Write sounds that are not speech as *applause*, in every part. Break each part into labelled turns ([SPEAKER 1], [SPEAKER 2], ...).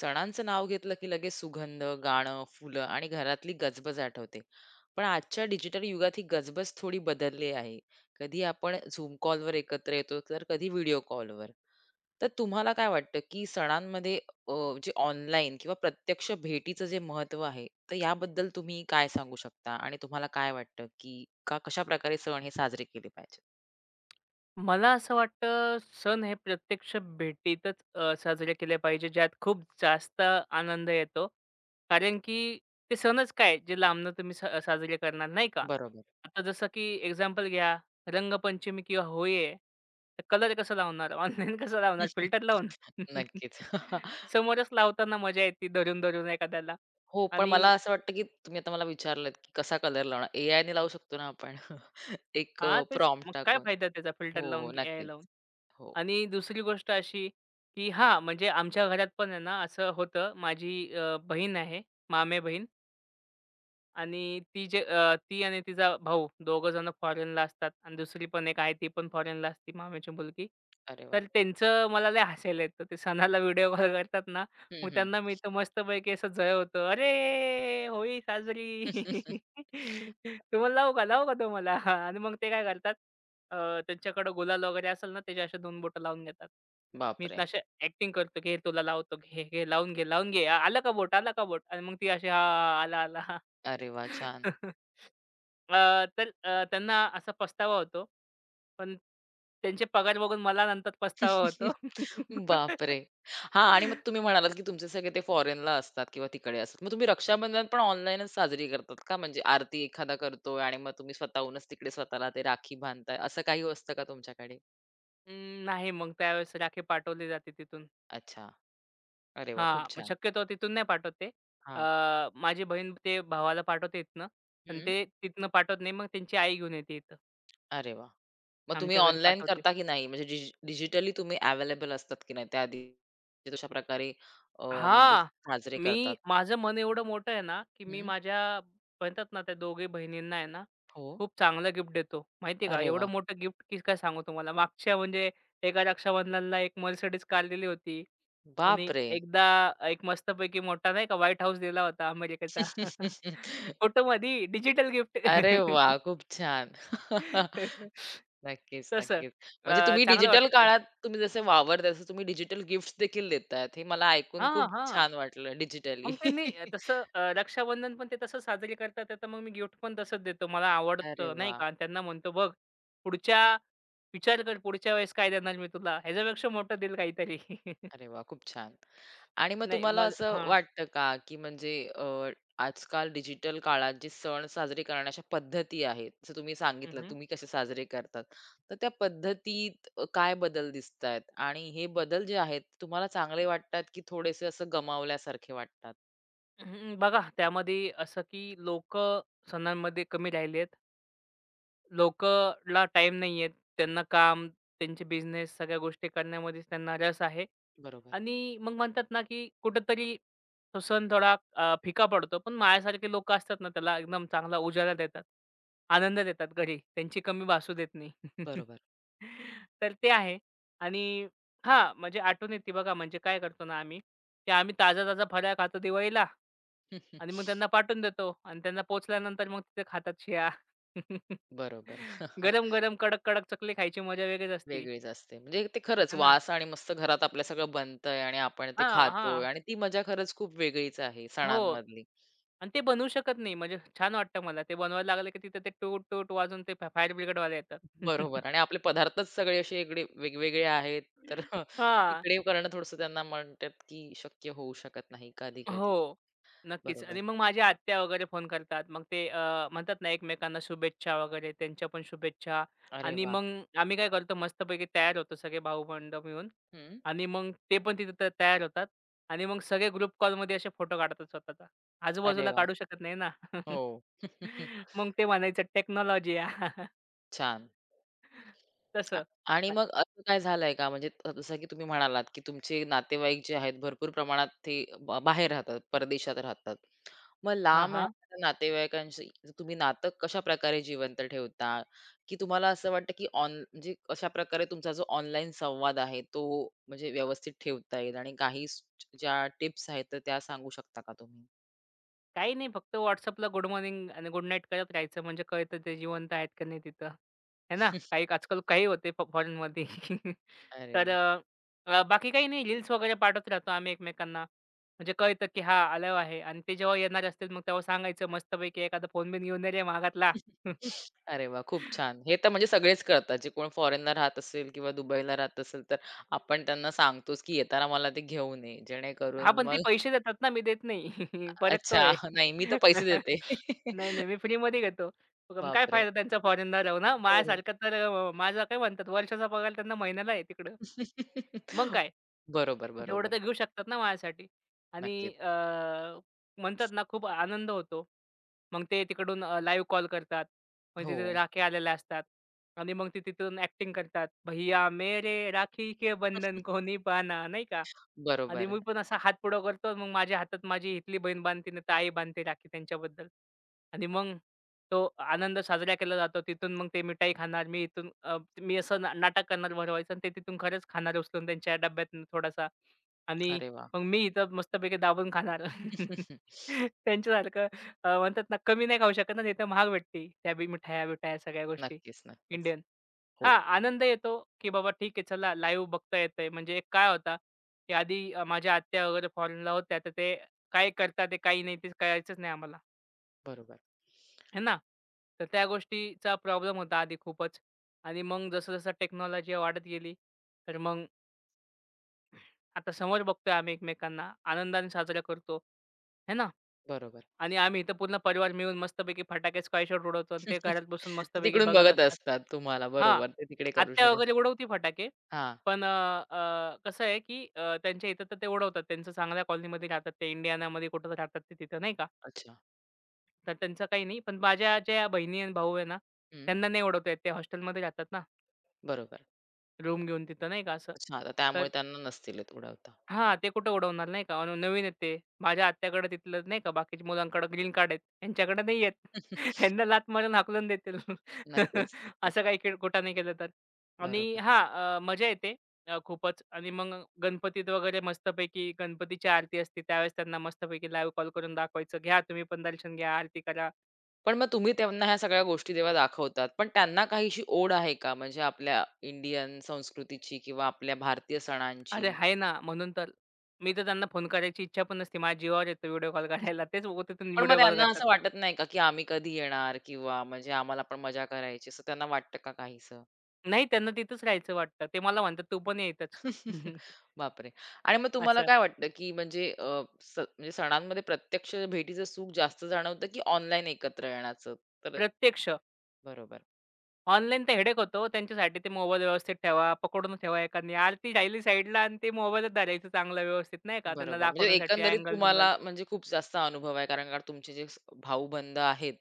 [SPEAKER 1] सणांचं नाव घेतलं की लगेच सुगंध, गाणं, फुलं आणि घरातली गजबज आठवते. पण आजच्या डिजिटल युगात ही गजबज थोडी बदलली आहे. कधी आपण Zoom कॉलवर एकत्र येतो, तर कधी व्हिडिओ कॉलवर. तर तुम्हाला काय वाटतं, की सणांमध्ये अ, जे ऑनलाईन किंवा प्रत्यक्ष भेटीचं जे महत्त्व आहे, तर याबद्दल तुम्ही काय सांगू शकता? आणि तुम्हाला काय वाटतं, की कशाप्रकारे सण हे साजरे केले पाहिजेत?
[SPEAKER 2] मला असं वाटतं सण हे प्रत्यक्ष भेटीतच साजरे केले पाहिजे ज्यात खूप जास्त आनंद येतो. कारण की ते सणच काय जे लांबनं तुम्ही साजरे करणार नाही का?
[SPEAKER 1] बरोबर.
[SPEAKER 2] आता जसं की एक्झाम्पल घ्या रंगपंचमी किंवा होळी आहे. तर कलर कसं लावणार? *laughs* ऑनलाईन कसं लावणार? फिल्टर लावून?
[SPEAKER 1] *laughs*
[SPEAKER 2] *laughs*
[SPEAKER 1] नक्कीच. *laughs*
[SPEAKER 2] समोरच लावताना मजा येते धरून-धरून एखाद्याला
[SPEAKER 1] हो, पण मला
[SPEAKER 2] आणि
[SPEAKER 1] असं वाटतं, की तुम्ही आता मला विचारलत, की कसा कलर लावणार? एआयने लावू शकतो ना आपण. *laughs* एक
[SPEAKER 2] हां, तेच
[SPEAKER 1] प्रॉम्प्ट
[SPEAKER 2] मग काय
[SPEAKER 1] टाकून.
[SPEAKER 2] फायदा त्याचा फिल्टर
[SPEAKER 1] हो, हो,
[SPEAKER 2] लावून की एआय
[SPEAKER 1] नक्कीच.
[SPEAKER 2] लावून?
[SPEAKER 1] हो.
[SPEAKER 2] आणि दुसरी गोष्ट अशी, की हां, म्हणजे आमच्या घरात पण आहे ना, असं होतं. माझी बहीण आहे, मामेबहीण. आणि ती आणि तिचा भाऊ दोघं जण फॉरेनला असतात आणि दुसरी पण एक आहे ती पण फॉरेनला असती मामाची मुलगी.
[SPEAKER 1] अरे वाह!
[SPEAKER 2] तर त्यांचं मला लय हसायला येतं. ते सणाला व्हिडिओ कॉल करतात ना,
[SPEAKER 1] हं,
[SPEAKER 2] मग
[SPEAKER 1] हं.
[SPEAKER 2] त्यांना मी तर मस्तपैकी असं झळवतो. "अरे! होळी साजरी."
[SPEAKER 1] *laughs*
[SPEAKER 2] *laughs* "तुम्हाला लावू का? लावू का तुम्हाला?" आणि मग ते काय करतात अ, त्यांच्याकडे गुलाल वगैरे असेल ना त्याचे असे 2 बोटं लावून घेतात. मी
[SPEAKER 1] बापरे!
[SPEAKER 2] इथनं अशी ॲक्टिंग करतो, "घे तुला लावतो. घे, घे. लावून घे, लावून घे. आलं का बोट? आलं का बोट?" आणि मग ती अशी, "हां, हां. आला, आला."
[SPEAKER 1] अरे वाह! छान.
[SPEAKER 2] *laughs* अ, तर त्यांना असा पस्तावा होतो. पण त्यांचे पगार बघून मला नंतर पस्तावा होतो.
[SPEAKER 1] *laughs*
[SPEAKER 2] *laughs*
[SPEAKER 1] बापरे! हां, आणि मग तुम्ही म्हणालात, की तुमचे सगळे ते फॉरेनला असतात किंवा तिकडे असतात. मग तुम्ही रक्षाबंधन पण ऑनलाईनच साजरी करतात का? म्हणजे आरती एखादा करतोय आणि मग तुम्ही स्वतःहूनच तिकडे स्वतःला ते राखी बांधताय, असं काही असतं का तुमच्याकडे?
[SPEAKER 2] नाही मग त्यावेळेस राखी पाठवली जाते तिथून.
[SPEAKER 1] अच्छा. अरे वाह! खूप
[SPEAKER 2] हां, मग
[SPEAKER 1] छान.
[SPEAKER 2] शक्यतो तिथून नाही पाठवत ते. अ,
[SPEAKER 1] हां.
[SPEAKER 2] माझी बहीण ते भावाला पाठवते इथनं. पण
[SPEAKER 1] हं.
[SPEAKER 2] ते तिथनं पाठवत नाही. मग त्यांची आई घेऊन येते इथं.
[SPEAKER 1] अरे वाह! मग तुम्ही
[SPEAKER 2] आमच्या घरी
[SPEAKER 1] ऑनलाईन
[SPEAKER 2] पाठवते.
[SPEAKER 1] करता की नाही? म्हणजे डिजिटली तुम्ही अवेलेबल असतात की नाही त्याआधी? तशाप्रकारे अ, म्हणजे
[SPEAKER 2] हां,
[SPEAKER 1] साजरे करतात.
[SPEAKER 2] मी माझं मन एवढं मोठं आहे ना, की मी
[SPEAKER 1] हं.
[SPEAKER 2] माझ्या म्हणतात ना, त्या दोघी बहिणींना आहे ना
[SPEAKER 1] हो.
[SPEAKER 2] खूप चांगलं गिफ्ट देतो. माहिती का?
[SPEAKER 1] अरे
[SPEAKER 2] एवढं
[SPEAKER 1] वाह!
[SPEAKER 2] मोठं गिफ्ट की काय सांगू तुम्हाला. मागच्या म्हणजे एका रक्षाबंधनाला एक Mercedes कार दिली होती आणि
[SPEAKER 1] बापरे!
[SPEAKER 2] एकदा एक मस्तपैकी मोठा नाही का White House दिला होता अमेरिकेचा. *laughs*
[SPEAKER 1] *laughs*
[SPEAKER 2] फोटोमध्ये डिजिटल गिफ्ट.
[SPEAKER 1] अरे वाह! खूप छान. *laughs*
[SPEAKER 2] *laughs*
[SPEAKER 1] नक्कीच,
[SPEAKER 2] तसं.
[SPEAKER 1] नक्कीच. म्हणजे तुम्ही
[SPEAKER 2] चांगलं
[SPEAKER 1] डिजिटल
[SPEAKER 2] वाटतं ते.
[SPEAKER 1] काळात तुम्ही जसे वावरताय, तसं तुम्ही डिजिटल गिफ्ट्स देखील देतायत. हे मला ऐकून
[SPEAKER 2] हां,
[SPEAKER 1] खूप
[SPEAKER 2] हां.
[SPEAKER 1] छान वाटलं डिजिटली.
[SPEAKER 2] मग त्यांनी अ, तसं
[SPEAKER 1] *laughs*
[SPEAKER 2] अ, रक्षाबंधन पण ते तसं साजरे करतात. तर मग मी गिफ्ट पण तसंच देतो. मला
[SPEAKER 1] अरे
[SPEAKER 2] आवडतं नाही
[SPEAKER 1] वाह!
[SPEAKER 2] का. आणि त्यांना म्हणतो, "बघ पुढच्या विचार कर पुढच्या वेळेस काय देणार मी तुला. ह्याच्यापेक्षा मोठं देईल काहीतरी." *laughs*
[SPEAKER 1] अरे वाह! खूप छान. आणि मग
[SPEAKER 2] नाही
[SPEAKER 1] तुम्हाला
[SPEAKER 2] मग
[SPEAKER 1] असं
[SPEAKER 2] हां.
[SPEAKER 1] वाटतं का, की म्हणजे आजकाल डिजिटल काळात जे सण साजरे करण्याच्या पद्धती आहेत, जसं तुम्ही
[SPEAKER 2] हं,
[SPEAKER 1] सांगितलं
[SPEAKER 2] हं.
[SPEAKER 1] तुम्ही कसे साजरे करतात. तर त्या पद्धतीत काय बदल दिसतायत? आणि हे बदल जे आहेत तुम्हाला चांगले वाटतात, की थोडेसे असं गमावल्यासारखे वाटतात?
[SPEAKER 2] हं, बघा त्यामध्ये असं की लोकं सणांमध्ये कमी राहिलेत. लोकला टाईम नाहीये. त्यांना काम, त्यांचे बिझनेस सगळ्या गोष्टी करण्यामध्येच त्यांना रस आहे.
[SPEAKER 1] बरोबर,
[SPEAKER 2] आणि मग म्हणतात ना, की कुठेतरी तो सण थोडा फिका पडतो. पण माझ्यासारखे लोक असतात ना, त्याला एकदम चांगला उजाला देतात. आनंद देतात घरी. त्यांची कमी भासू देत नाही. *laughs*
[SPEAKER 1] बरोबर.
[SPEAKER 2] तर ते आहे. आणि हां, म्हणजे आठवण येते बघा म्हणजे काय करतो ना आम्ही, की आम्ही ताजा-ताजा फराळ खातो दिवाळीला. आणि मग
[SPEAKER 1] *laughs*
[SPEAKER 2] त्यांना पाठवून देतो आणि त्यांना पोहोचल्यानंतर मग तिथे खातात शिळा.
[SPEAKER 1] बरोबर. *laughs*
[SPEAKER 2] गरम-गरम, कडक-कडक *laughs* चकली खायची मजा वेगळीच असती.
[SPEAKER 1] वेगळीच असते. म्हणजे ते खरंच
[SPEAKER 2] आहे ना?
[SPEAKER 1] वास आणि मस्त घरात आपल्या सगळं बनतंय आणि आपण ते
[SPEAKER 2] हां,
[SPEAKER 1] खातोय
[SPEAKER 2] हां.
[SPEAKER 1] आणि ती मजा खरंच खूप वेगळीच आहे
[SPEAKER 2] हो.
[SPEAKER 1] सणांमधली.
[SPEAKER 2] आणि ते बनवू शकत नाही. म्हणजे छान वाटतं मला. ते बनवायला लागलं की तिथे ते टूट-टूट वाजून ते फायर ब्रिगेडवाले येतात.
[SPEAKER 1] बरोबर
[SPEAKER 2] *laughs*
[SPEAKER 1] आणि आपले पदार्थच सगळे असे इकडे वेगवेगळे आहेत, तर *laughs*
[SPEAKER 2] हां.
[SPEAKER 1] तिकडे करणं थोडंसं त्यांना म्हणतात, की शक्य होऊ शकत नाही कधी-कधी.
[SPEAKER 2] हो. नक्कीच
[SPEAKER 1] बरोबर.
[SPEAKER 2] आणि मग माझ्या आत्या वगैरे फोन करतात. मग ते म्हणतात ना एकमेकांना शुभेच्छा वगैरे त्यांच्या पण शुभेच्छा
[SPEAKER 1] अरे
[SPEAKER 2] आणि
[SPEAKER 1] वाह!
[SPEAKER 2] मग आम्ही काय करतो मस्तपैकी तयार होतो सगळे भाऊ-बंध मिळून
[SPEAKER 1] हं.
[SPEAKER 2] आणि मग ते पण तिथे तयार होतात आणि मग सगळे ग्रुप कॉलमध्ये असे फोटो काढतात स्वतःचा.
[SPEAKER 1] अरे
[SPEAKER 2] आजूबाजूला
[SPEAKER 1] वाह!
[SPEAKER 2] काढू शकत नाही ना. *laughs*
[SPEAKER 1] हो. *laughs*
[SPEAKER 2] मग ते म्हणायचं टेक्नॉलॉजी *laughs*
[SPEAKER 1] छान. आ
[SPEAKER 2] तसं.
[SPEAKER 1] आणि मग असं काय झालंय का? म्हणजे जसं की तुम्ही म्हणालात, की तुमचे नातेवाईक जे आहेत भरपूर प्रमाणात ते बाहेर राहतात, परदेशात राहतात. मग
[SPEAKER 2] हां,
[SPEAKER 1] लांब
[SPEAKER 2] हां.
[SPEAKER 1] राहणाऱ्या नातेवाईकांशी तुम्ही नातं कशाप्रकारे जिवंत ठेवता? की तुम्हाला असं वाटतं की म्हणजे कशाप्रकारे तुमचा जो ऑनलाईन संवाद आहे तो म्हणजे व्यवस्थित ठेवता येईल आणि काही ज्या टिप्स आहेत तर त्या सांगू शकता का तुम्ही?
[SPEAKER 2] काही नाही फक्त WhatsAppला गुड मॉर्निंग आणि गुड नाईट करत राहायचं. म्हणजे कळतं ते जिवंत आहेत का नाही तिथं. है ना?
[SPEAKER 1] *laughs*
[SPEAKER 2] काही आजकाल काही होते फॉरेनमध्ये. *laughs*
[SPEAKER 1] अरे
[SPEAKER 2] तर
[SPEAKER 1] वा,
[SPEAKER 2] बाकी काही नाही रील्स वगैरे पाठवत राहतो आम्ही एकमेकांना. म्हणजे कळतं की हा आलो आहे आणि ते जेव्हा येणार असतील मग तेव्हा सांगायचं मस्तपैकी एखादा फोन बिन घेऊन ये रे मागातला. *laughs*
[SPEAKER 1] *laughs* अरे वाह! खूप छान. हे तर म्हणजे सगळेच करतात. जे कोण फॉरेनला राहत असेल किंवा दुबईला राहत असेल तर आपण त्यांना सांगतोच की येताना मला ते घेऊन ये.
[SPEAKER 2] हां,
[SPEAKER 1] जेणेकरून
[SPEAKER 2] पण
[SPEAKER 1] मग
[SPEAKER 2] ते पैसे देतात ना, मी देत नाही. *laughs*
[SPEAKER 1] अच्छा.
[SPEAKER 2] परखतोय.
[SPEAKER 1] नाही मी तर पैसे देते.
[SPEAKER 2] *laughs* नाही,
[SPEAKER 1] *laughs*
[SPEAKER 2] नाही, मी फ्रीमध्ये घेतो. मग काय
[SPEAKER 1] बापरे!
[SPEAKER 2] फायदा त्यांचा फॉरेनला राहून हां.
[SPEAKER 1] हो, हो.
[SPEAKER 2] माझ्यासारखं तर माझा काय म्हणतात वर्षाचा पगार त्यांना महिन्याला आहे तिकडं. मग
[SPEAKER 1] *laughs*
[SPEAKER 2] काय?
[SPEAKER 1] बरोबर,
[SPEAKER 2] तेवढं
[SPEAKER 1] बरोबर.
[SPEAKER 2] तर घेऊ शकतात ना माझ्यासाठी आणि
[SPEAKER 1] नक्कीच.
[SPEAKER 2] म्हणतात ना खूप आनंद होतो. मग ते तिकडून लाईव्ह कॉल करतात. मग
[SPEAKER 1] हो,
[SPEAKER 2] तिथे राख्या आलेल्या असतात आणि मग ते तिथून ॲक्टिंग करतात. भैया मेरे राखी के बंधन कोणी पाना नाही का? आणि
[SPEAKER 1] बरोबर आहे.
[SPEAKER 2] मी पण असा हात पुढं करतो मग माझ्या हातात माझी इथली बहीण बांधते नाहीतर आई बांधते राखी त्यांच्याबद्दल. आणि मग तो आनंद साजरा केला जातो. तिथून मग ते मिठाई खाणार. मी इथून मी असं ना नाटक करणार भरवायचं आणि ते तिथून खरंच खाणार उचलून त्यांच्या डब्यातून थोडासा. आणि
[SPEAKER 1] अरे वाह!
[SPEAKER 2] मग मी इथं मस्तपैकी दाबून खाणार. *laughs*
[SPEAKER 1] *laughs*
[SPEAKER 2] त्यांच्यासारखं म्हणतात ना, कमी नाही खाऊ शकत ना, तिथं महाग भेटते. त्या बी मिठाया-बिठाया सगळ्या गोष्टी
[SPEAKER 1] नक्कीच, नक्कीच.
[SPEAKER 2] इंडियन.
[SPEAKER 1] हो,
[SPEAKER 2] हां, आनंद येतो, की बाबा ठीक आहे चला लाईव्ह बघता येतंय. म्हणजे एक काय होता, की आधी माझ्या आत्या वगैरे फॉरेनला होत्या, तर ते काय करतात ते काही नाही, ते कळायचंच नाही आम्हाला,
[SPEAKER 1] बरोबर,
[SPEAKER 2] है ना? तर त्या गोष्टीचा प्रॉब्लेम होता आधी खूपच आणि मग जसं-जसं टेक्नॉलॉजी वाढत गेली, तर मग आता समोर बघतोय आम्ही एकमेकांना, आनंदाने साजरा करतो, है ना?
[SPEAKER 1] बरोबर.
[SPEAKER 2] आणि आम्ही इथं पूर्ण परिवार मिळून मस्तपैकी फटाके, स्कायशॉट उडवतो आणि ते
[SPEAKER 1] *laughs*
[SPEAKER 2] घरात बसून
[SPEAKER 1] ते
[SPEAKER 2] मस्तपैकी
[SPEAKER 1] तिकडून
[SPEAKER 2] बघत
[SPEAKER 1] बघत
[SPEAKER 2] असतात.
[SPEAKER 1] असतात तुम्हाला.
[SPEAKER 2] हां,
[SPEAKER 1] बरोबर, ते तिकडे करू
[SPEAKER 2] आत्या
[SPEAKER 1] शकत
[SPEAKER 2] वगैरे उडवती फटाके.
[SPEAKER 1] हां,
[SPEAKER 2] पण अ, अ, कसं आहे, की त्यांच्या इथं तर ते उडवतात. त्यांचं चांगल्या कॉलनीमध्ये राहतात. ते इंडियानामध्ये कुठं राहतात ते तिथं, नाही का?
[SPEAKER 1] अच्छा.
[SPEAKER 2] तर त्यांचं काही नाही. पण माझ्या ज्या बहिणी आणि भाऊ आहे ना,
[SPEAKER 1] हं,
[SPEAKER 2] त्यांना नाही उडवता येत. ते हॉस्टेलमध्ये राहतात ना,
[SPEAKER 1] बरोबर.
[SPEAKER 2] रूम घेऊन तिथं, नाही का असं.
[SPEAKER 1] अच्छा, तर त्यामुळे
[SPEAKER 2] तर
[SPEAKER 1] त्यांना नसतील येत उडवता.
[SPEAKER 2] हां, ते कुठं उडवणार नाही का? अनु नवीन आहेत ते. माझ्या आत्याकडे तिथलं नाही का बाकीच्या मुलांकडे ग्रीन कार्ड आहेत. ह्यांच्याकडे नाही आहेत. *laughs*
[SPEAKER 1] *laughs*
[SPEAKER 2] ह्यांना लाथ मारून हाकलून देतील.
[SPEAKER 1] नक्कीच,
[SPEAKER 2] *laughs*
[SPEAKER 1] नक्कीच.
[SPEAKER 2] असं काही किळकुटा नाही केलं तर. आणि
[SPEAKER 1] बरोबर.
[SPEAKER 2] हां, मजा येते खूपच आणि मग गणपतीत वगैरे मस्तपैकी गणपतीची आरती असते. त्यावेळेस त्यांना मस्तपैकी लाईव्ह कॉल करून दाखवायचं, "घ्या तुम्ही पण दर्शन घ्या, आरती करा."
[SPEAKER 1] पण मग तुम्ही त्यांना ह्या सगळ्या गोष्टी जेव्हा दाखवतात, पण त्यांना काहीशी ओढ आहे का? म्हणजे आपल्या इंडियन संस्कृतीची किंवा आपल्या भारतीय
[SPEAKER 2] "अरे
[SPEAKER 1] सणांची?
[SPEAKER 2] आहे ना." म्हणून तर. मी तर त्यांना फोन करायची इच्छा पण नसते. माझ्या जीवावर येतं व्हिडिओ कॉल करायला. तेच तिथून
[SPEAKER 1] पण मग
[SPEAKER 2] व्हिडिओ कॉल
[SPEAKER 1] त्यांना
[SPEAKER 2] करतात.
[SPEAKER 1] असं वाटत नाही का, की आम्ही कधी येणार किंवा म्हणजे आम्हाला पण मजा करायची असं त्यांना वाटतं का काहीसं?
[SPEAKER 2] नाही त्यांना तिथंच राहायचं वाटतं. ते मला म्हणतात, "तू पण ये इथंच."
[SPEAKER 1] *laughs*
[SPEAKER 2] *laughs*
[SPEAKER 1] बापरे! आणि मग तुम्हाला
[SPEAKER 2] असं
[SPEAKER 1] काय वाटतं, की म्हणजे अ, स म्हणजे सणांमध्ये प्रत्यक्ष भेटीचं सुख जास्त जाणवतं, की ऑनलाईन एकत्र येण्याचं? तर
[SPEAKER 2] प्रत्यक्ष.
[SPEAKER 1] बरोबर,
[SPEAKER 2] ऑनलाईन तर हेडेक होतो. त्यांच्यासाठी ते मोबाईल व्यवस्थित ठेवा, पकडून ठेवा एखादी आरती राहिली साईडला आणि ते मोबाईलच धरायचं चांगला व्यवस्थित नाही का त्यांना
[SPEAKER 1] बरोबर. म्हणजे
[SPEAKER 2] दाखवण्यासाठी
[SPEAKER 1] एकंदरीत तुम्हाला
[SPEAKER 2] अँगल-बिंगल.
[SPEAKER 1] म्हणजे खूप जास्त अनुभव आहे. कारण का तुमचे जे भाऊ-बंध आहेत,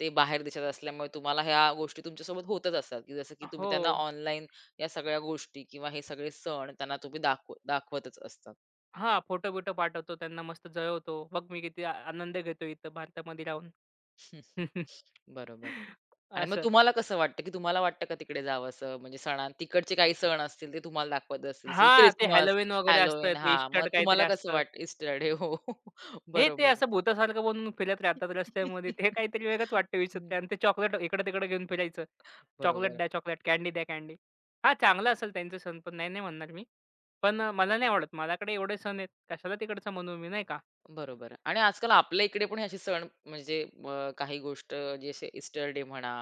[SPEAKER 1] ते बाहेर देशात असल्यामुळे तुम्हाला ह्या गोष्टी तुमच्यासोबत होतच असतात, की जसं की तुम्ही
[SPEAKER 2] हो.
[SPEAKER 1] त्यांना ऑनलाईन या सगळ्या गोष्टी किंवा हे सगळे सण त्यांना तुम्ही दाखवतच असता.
[SPEAKER 2] हां, फोटो-बिटो पाठवतो त्यांना मस्त जळवतो. बघ मी किती आनंद घेतो इथं भारतामध्ये राहून.
[SPEAKER 1] *laughs* हं, हं.
[SPEAKER 2] *laughs*
[SPEAKER 1] बरोबर आणि मग
[SPEAKER 2] असं.
[SPEAKER 1] तुम्हाला कसं वाटतं, की तुम्हाला वाटतं का तिकडे जावसं? म्हणजे तिकडचे काही सण असतील ते तुम्हाला दाखवत असतील, जसं की
[SPEAKER 2] हां, ते
[SPEAKER 1] ख्रिसमस,
[SPEAKER 2] हॅलोवीन वगैरे असतं.
[SPEAKER 1] हॅलोवीन
[SPEAKER 2] ते
[SPEAKER 1] हां, मग
[SPEAKER 2] इस्टर काहीतरी
[SPEAKER 1] तुम्हाला कसं वाटतं ईस्टर डे हो, *laughs*
[SPEAKER 2] हे ते
[SPEAKER 1] बरोबर.
[SPEAKER 2] असं भुतासारखं बनून फिरत राहतात रस्त्यामध्ये. ते काहीतरी वेगळंच वाटतं
[SPEAKER 1] हं,
[SPEAKER 2] विचित्र आणि ते चॉकलेट इकडं-तिकडं घेऊन फिरायचं. चॉकलेट
[SPEAKER 1] बरोबर,
[SPEAKER 2] द्या चॉकलेट, कँडी द्या कँडी. हां, चांगला असेल त्यांचा सण पण नाही, नाही म्हणणार मी. पण मला
[SPEAKER 1] बरोबर.
[SPEAKER 2] नाही आवडत. माझ्याकडे एवढे सण आहेत. कशाला तिकडचं म्हणू मी, नाही का?
[SPEAKER 1] बरोबर आणि आजकाल आपल्या इकडे पण असे सण म्हणजे काही गोष्ट जे असे ईस्टर डे म्हणा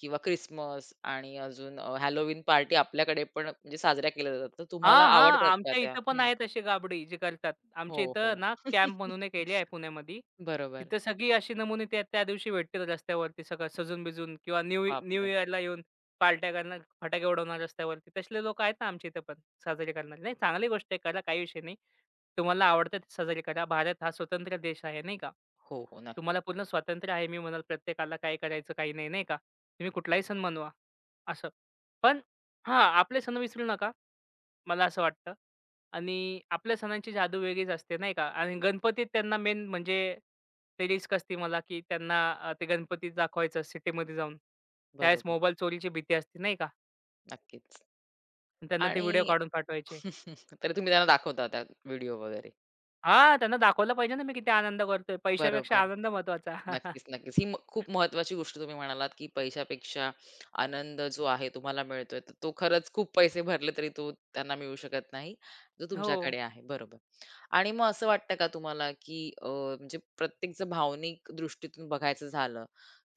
[SPEAKER 1] किंवा ख्रिसमस आणि अजून पार्टी आपल्याकडे पण म्हणजे साजऱ्या केल्या जातात. तर तुम्हाला
[SPEAKER 2] हां, हां.
[SPEAKER 1] आवडतात का
[SPEAKER 2] आमच्या
[SPEAKER 1] त्या?
[SPEAKER 2] इथं पण
[SPEAKER 1] हं.
[SPEAKER 2] आहेत असे गाबडी जे करतात. आमच्या
[SPEAKER 1] हो,
[SPEAKER 2] इथं
[SPEAKER 1] हो.
[SPEAKER 2] ना कॅम्प म्हणून
[SPEAKER 1] *laughs*
[SPEAKER 2] एक एरिया आहे पुण्यामध्ये.
[SPEAKER 1] बरोबर.
[SPEAKER 2] तिथं सगळी अशी नमुने त्या त्या दिवशी भेटतील रस्त्यावरती सगळं सजून-बिजून किंवा न्यू
[SPEAKER 1] बापरे!
[SPEAKER 2] इयरला येऊन पार्ट्या करणार, फटाके उडवणार रस्त्यावरती. तसले लोकं आहेत ना आमच्या इथं पण साजरे करणारे. नाही चांगली गोष्ट आहे करा, काही विषय नाही. तुम्हाला आवडतं ते साजरे करा. भारत हा स्वतंत्र देश आहे नाही का?
[SPEAKER 1] हो, हो. नक्कीच.
[SPEAKER 2] तुम्हाला पूर्ण स्वातंत्र्य आहे. मी म्हणाल प्रत्येकाला काय करायचं, काही नाही, नाही का? तुम्ही कुठलाही सण मनवा असं. पण हां, आपले सण विसरू नका. मला असं वाटतं. आणि आपल्या सणांची जादू वेगळीच असते नाही का? आणि गणपतीत त्यांना मेन म्हणजे ते रिस्क असते मला, की त्यांना ते गणपतीत दाखवायचं सिटीमध्ये जाऊन. त्यावेळेस
[SPEAKER 1] बरोबर.
[SPEAKER 2] मोबाईल चोरीची भीती असते नाही का?
[SPEAKER 1] नक्कीच.
[SPEAKER 2] आणि त्यांना ते व्हिडिओ
[SPEAKER 1] आणि
[SPEAKER 2] काढून पाठवायचे.
[SPEAKER 1] *laughs* तर तुम्ही त्यांना दाखवता त्या व्हिडिओ वगैरे.
[SPEAKER 2] हां, त्यांना दाखवलं पाहिजे ना मी किती आनंद करतोय.
[SPEAKER 1] बरोबर.
[SPEAKER 2] पैशापेक्षा आनंद महत्वाचा. *laughs*
[SPEAKER 1] नक्कीच, नक्कीच. ही खूप महत्त्वाची गोष्ट तुम्ही म्हणालात, की पैशापेक्षा आनंद जो आहे तुम्हाला मिळतोय, तर तो खरंच खूप पैसे भरले तरी तो त्यांना मिळू शकत नाही, जो
[SPEAKER 2] हो.
[SPEAKER 1] तुमच्याकडे आहे. बरोबर. आणि मग असं वाटतं का तुम्हाला, की म्हणजे प्रत्येक जर भावनिक दृष्टीतून बघायचं झालं,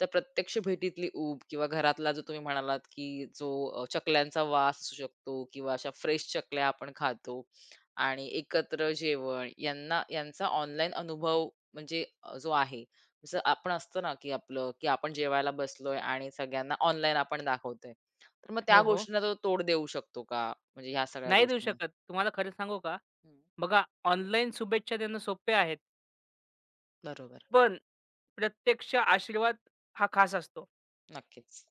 [SPEAKER 1] तर प्रत्यक्ष भेटीतली ऊब किंवा घरातला जो तुम्ही म्हणालात, की जो चकल्यांचा वास असू शकतो किंवा अशा फ्रेश चकल्या आपण खातो आणि एकत्र जेवण यांना यांचा ऑनलाईन अनुभव म्हणजे जो आहे जसं आपण असतं ना, की आपलं, की आपण जेवायला बसलोय आणि सगळ्यांना ऑनलाईन आपण दाखवतोय. तर मग त्या
[SPEAKER 2] हो, हो.
[SPEAKER 1] गोष्टींना तो तोड देऊ शकतो का? म्हणजे ह्या सगळ्या
[SPEAKER 2] नाही देऊ
[SPEAKER 1] गोष्टींना?
[SPEAKER 2] शकत. तुम्हाला खरं सांगू का?
[SPEAKER 1] हं,
[SPEAKER 2] बघा ऑनलाईन शुभेच्छा देणं सोपे आहेत.
[SPEAKER 1] बरोबर.
[SPEAKER 2] पण प्रत्यक्ष आशीर्वाद हा खास असतो.
[SPEAKER 1] नक्कीच.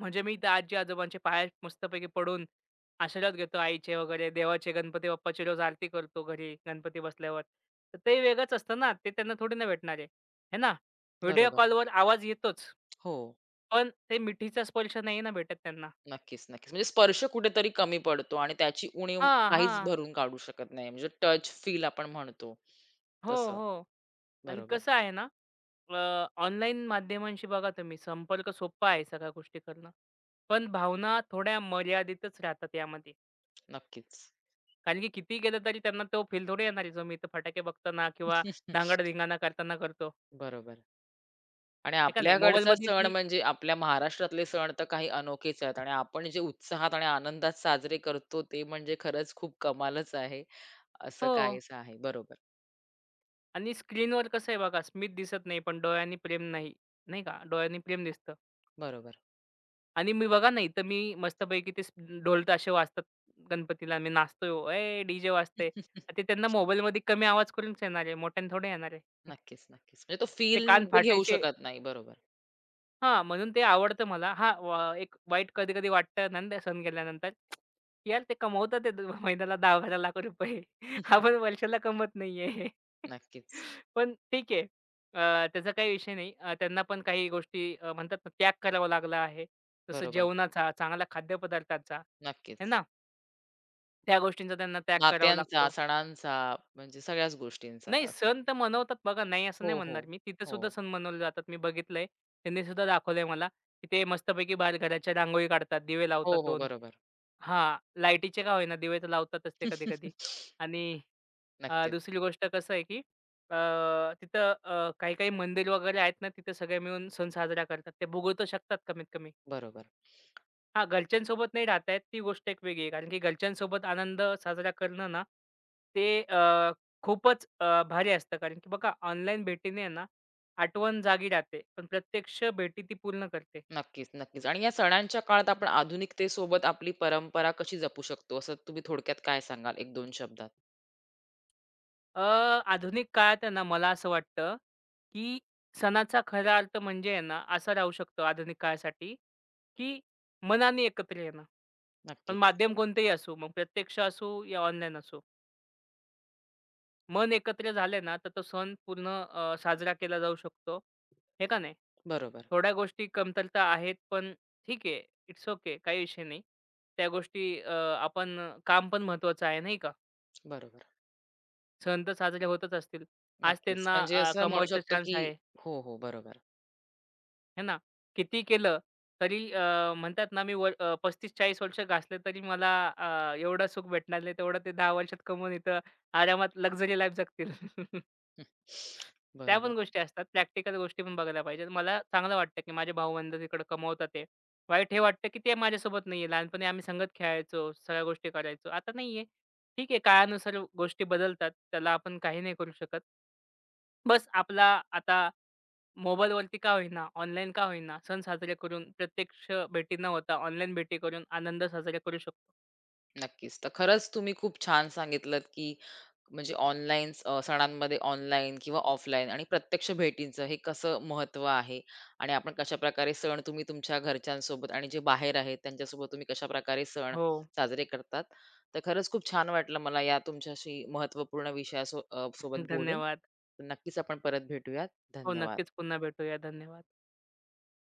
[SPEAKER 2] म्हणजे मी त्या आजी-आजोबांच्या पाया मस्तपैकी पडून आशीर्वाद घेतो आईचे वगैरे, देवाचे, गणपती बाप्पाची रोज आरती करतो घरी गणपती बसल्यावर. तर ते वेगळंच असतं ना, ते त्यांना थोडी ना भेटणार आहे. है ना? व्हिडिओ
[SPEAKER 1] बरोबर.
[SPEAKER 2] कॉलवर आवाज येतोच.
[SPEAKER 1] हो.
[SPEAKER 2] पण ते मिठीचा स्पर्श नाही ना भेटत त्यांना.
[SPEAKER 1] नक्कीच, नक्कीच. म्हणजे स्पर्श कुठेतरी कमी पडतो आणि त्याची उणीव
[SPEAKER 2] हां,
[SPEAKER 1] काहीच
[SPEAKER 2] हां.
[SPEAKER 1] भरून काढू शकत नाही. म्हणजे टच, फील आपण म्हणतो
[SPEAKER 2] हो,
[SPEAKER 1] तसं.
[SPEAKER 2] हो. आणि
[SPEAKER 1] बरोबर.
[SPEAKER 2] कसं आहे ना, ऑनलाईन माध्यमांशी बघा तुम्ही संपर्क सोपा आहे सगळ्या गोष्टी करणं. पण भावना थोड्या मर्यादितच राहतात यामध्ये.
[SPEAKER 1] नक्कीच.
[SPEAKER 2] कारण की कितीही केलं तरी त्यांना तो फील थोडी येणार आहे, जो मी इथं फटाके बघताना किंवा
[SPEAKER 1] *laughs*
[SPEAKER 2] धांगडधिंगाणा करताना करतो.
[SPEAKER 1] बरोबर. आणि
[SPEAKER 2] आहे का नाही?
[SPEAKER 1] आपल्याकडचा
[SPEAKER 2] मोबाईलमध्ये
[SPEAKER 1] सण
[SPEAKER 2] ती
[SPEAKER 1] म्हणजे आपल्या महाराष्ट्रातले सण तर काही अनोखेच आहेत आणि आपण जे उत्साहात आणि आनंदात साजरे करतो ते म्हणजे खरंच खूप कमालच आहे. असं
[SPEAKER 2] हो.
[SPEAKER 1] काहीसं आहे. बरोबर,
[SPEAKER 2] आणि स्क्रीनवर कसं आहे बघा, स्मित दिसत नाही, पण डोळ्यांनी प्रेम नाही. नाही का? डोळ्यांनी प्रेम दिसतं.
[SPEAKER 1] बरोबर.
[SPEAKER 2] आणि मी बघा ना, इथं मी मस्तपैकी ते ढोल ताशे वाजतात गणपतीला. मी नाचतोय, "ए डी-जे वाजतंय." ते
[SPEAKER 1] *laughs*
[SPEAKER 2] त्यांना मोबाईलमध्ये कमी आवाज करूनच येणार आहे, मोठ्याने थोडे येणार आहे. *laughs*
[SPEAKER 1] नक्कीच, नक्कीच. म्हणजे तो
[SPEAKER 2] ते
[SPEAKER 1] फील
[SPEAKER 2] कान
[SPEAKER 1] ते घेऊ
[SPEAKER 2] फाटायचे
[SPEAKER 1] शकत नाही. बरोबर.
[SPEAKER 2] हां, म्हणून ते आवडतं मला. हां, व एक वाईट कधी-कधी वाटतं ना सण केल्यानंतर, की यार ते कमवतात ते महिन्याला ₹10-12 लाख रुपये *laughs*
[SPEAKER 1] *laughs*
[SPEAKER 2] आपण वर्षाला कमवत नाहीये. *laughs*
[SPEAKER 1] नक्कीच.
[SPEAKER 2] पण ठीक आहे. त्याचा काही विषय नाही. त्यांना पण काही गोष्टी म्हणतात ना त्याग करावा लागला आहे. जसं
[SPEAKER 1] बरोबर.
[SPEAKER 2] जेवणाचा, चांगल्या खाद्यपदार्थाचा, आहे
[SPEAKER 1] नक्कीच.
[SPEAKER 2] ना? त्या गोष्टींचा त्यांना त्याग करावा
[SPEAKER 1] नात्यांचा,
[SPEAKER 2] लागतो.
[SPEAKER 1] सणांचा म्हणजे सगळ्याच गोष्टींचा.
[SPEAKER 2] नाही सण तर मनवतात बघा, नाही असं नाही
[SPEAKER 1] हो, हो.
[SPEAKER 2] म्हणणार मी. तिथे सुद्धा
[SPEAKER 1] हो.
[SPEAKER 2] सण मनवले जातात. मी बघितलंय. त्यांनी सुद्धा दाखवलंय मला, की ते मस्तपैकी बाहेर घराच्या रांगोळी काढतात, दिवे लावतात
[SPEAKER 1] हो, हो.
[SPEAKER 2] 2.
[SPEAKER 1] बरोबर.
[SPEAKER 2] हां, लाईटीचे का होईना दिवे तर लावतातच ते कधी-कधी.
[SPEAKER 1] *laughs*
[SPEAKER 2] आणि
[SPEAKER 1] नक्कीच.
[SPEAKER 2] दुसरी गोष्ट कसं आहे, की अ, तिथं काही-काही मंदिर वगैरे आहेत ना, तिथे सगळे मिळून सण साजरा करतात. ते भुगवू तर शकतात कमीत कमी.
[SPEAKER 1] बरोबर.
[SPEAKER 2] हां, घरच्यांसोबत नाही राहता येत ती गोष्ट एक वेगळी आहे. कारण की घरच्यांसोबत आनंद साजरा करणं ना, ते खूपच भारी असतं. कारण की बघा ऑनलाईन भेटीने आहे ना, आठवण जागी राहते. पण प्रत्यक्ष भेटी ती पूर्ण करते.
[SPEAKER 1] नक्कीच, नक्कीच. आणि या सणांच्या काळात आपण आधुनिकतेसोबत आपली परंपरा कशी जपू शकतो, असं तुम्ही थोडक्यात काय सांगाल एक दोन शब्दात?
[SPEAKER 2] अ, आधुनिक काळात आहे ना, मला असं वाटतं, की सणाचा खरा अर्थ म्हणजे आहे ना, असा राहू शकतो आधुनिक काळासाठी, की मनाने एकत्र येणं. पण
[SPEAKER 1] नक्कीच.
[SPEAKER 2] माध्यम कोणतेही असो, मग प्रत्यक्ष असो या ऑनलाईन असो. मन एकत्र झाले ना, तर तो सण पूर्ण साजरा केला जाऊ शकतो. हे का नाही?
[SPEAKER 1] बरोबर,
[SPEAKER 2] थोड्या गोष्टी कमतरता आहेत, पण ठीक आहे. It's okay. काही विषय नाही. त्या गोष्टी आपण काम पण महत्त्वाचं आहे, नाही का?
[SPEAKER 1] बरोबर.
[SPEAKER 2] सण तर साजरे होतच असतील. आज
[SPEAKER 1] नक्कीच.
[SPEAKER 2] त्यांना
[SPEAKER 1] म्हणजे असं म्हणू
[SPEAKER 2] कमवायचा
[SPEAKER 1] शकतो,
[SPEAKER 2] चान्स
[SPEAKER 1] की
[SPEAKER 2] आहे,
[SPEAKER 1] हो, हो. बरोबर.
[SPEAKER 2] हे ना? किती केलं तरी म्हणतात ना, मी वर 35 वर्ष घासले तरी मला एवढं सुख भेटणार नाही, तेवढं ते 10 वर्षात कमवून इथं आरामात लक्झरी लाईफ जगतील. *laughs*
[SPEAKER 1] हं.
[SPEAKER 2] त्या
[SPEAKER 1] बरोबर.
[SPEAKER 2] पण गोष्टी असतात. प्रॅक्टिकल गोष्टी पण बघायला पाहिजेत. मला चांगलं वाटतं, की माझे भाऊ-बंध तिकडे कमवतात आहे. वाईट हे वाटतं, की ते माझ्यासोबत नाहीये. लहानपणी आम्ही संगत खेळायचो, सगळ्या गोष्टी करायचो. आता नाहीये. ठीक आहे, काळानुसार गोष्टी बदलतात. त्याला आपण काही नाही करू शकत. बस आपला आता मोबाईलवरती का होईना, ऑनलाईन का होईना, सण साजरे करून प्रत्यक्ष भेटी न होता ऑनलाईन भेटी करून आनंद साजरा करू शकतो.
[SPEAKER 1] नक्कीच. तर खरंच तुम्ही खूप छान सांगितलत, की म्हणजे ऑनलाईन सणांमध्ये ऑनलाईन किंवा ऑफलाईन आणि प्रत्यक्ष भेटींचं हे कसं महत्त्व आहे आणि आपण कशाप्रकारे सण तुम्ही तुमच्या घरच्यांसोबत आणि जे बाहेर आहेत त्यांच्यासोबत तुम्ही कशाप्रकारे सण
[SPEAKER 2] हो,
[SPEAKER 1] साजरे करतात. तर खरंच खूप छान वाटलं मला या तुमच्याशी महत्त्वपूर्ण सोबत बोलून.
[SPEAKER 2] धन्यवाद.
[SPEAKER 1] तर नक्कीच आपण परत भेटूयात.
[SPEAKER 2] हो, नक्कीच
[SPEAKER 1] धन्यवाद.
[SPEAKER 2] पुन्हा भेटूया. धन्यवाद.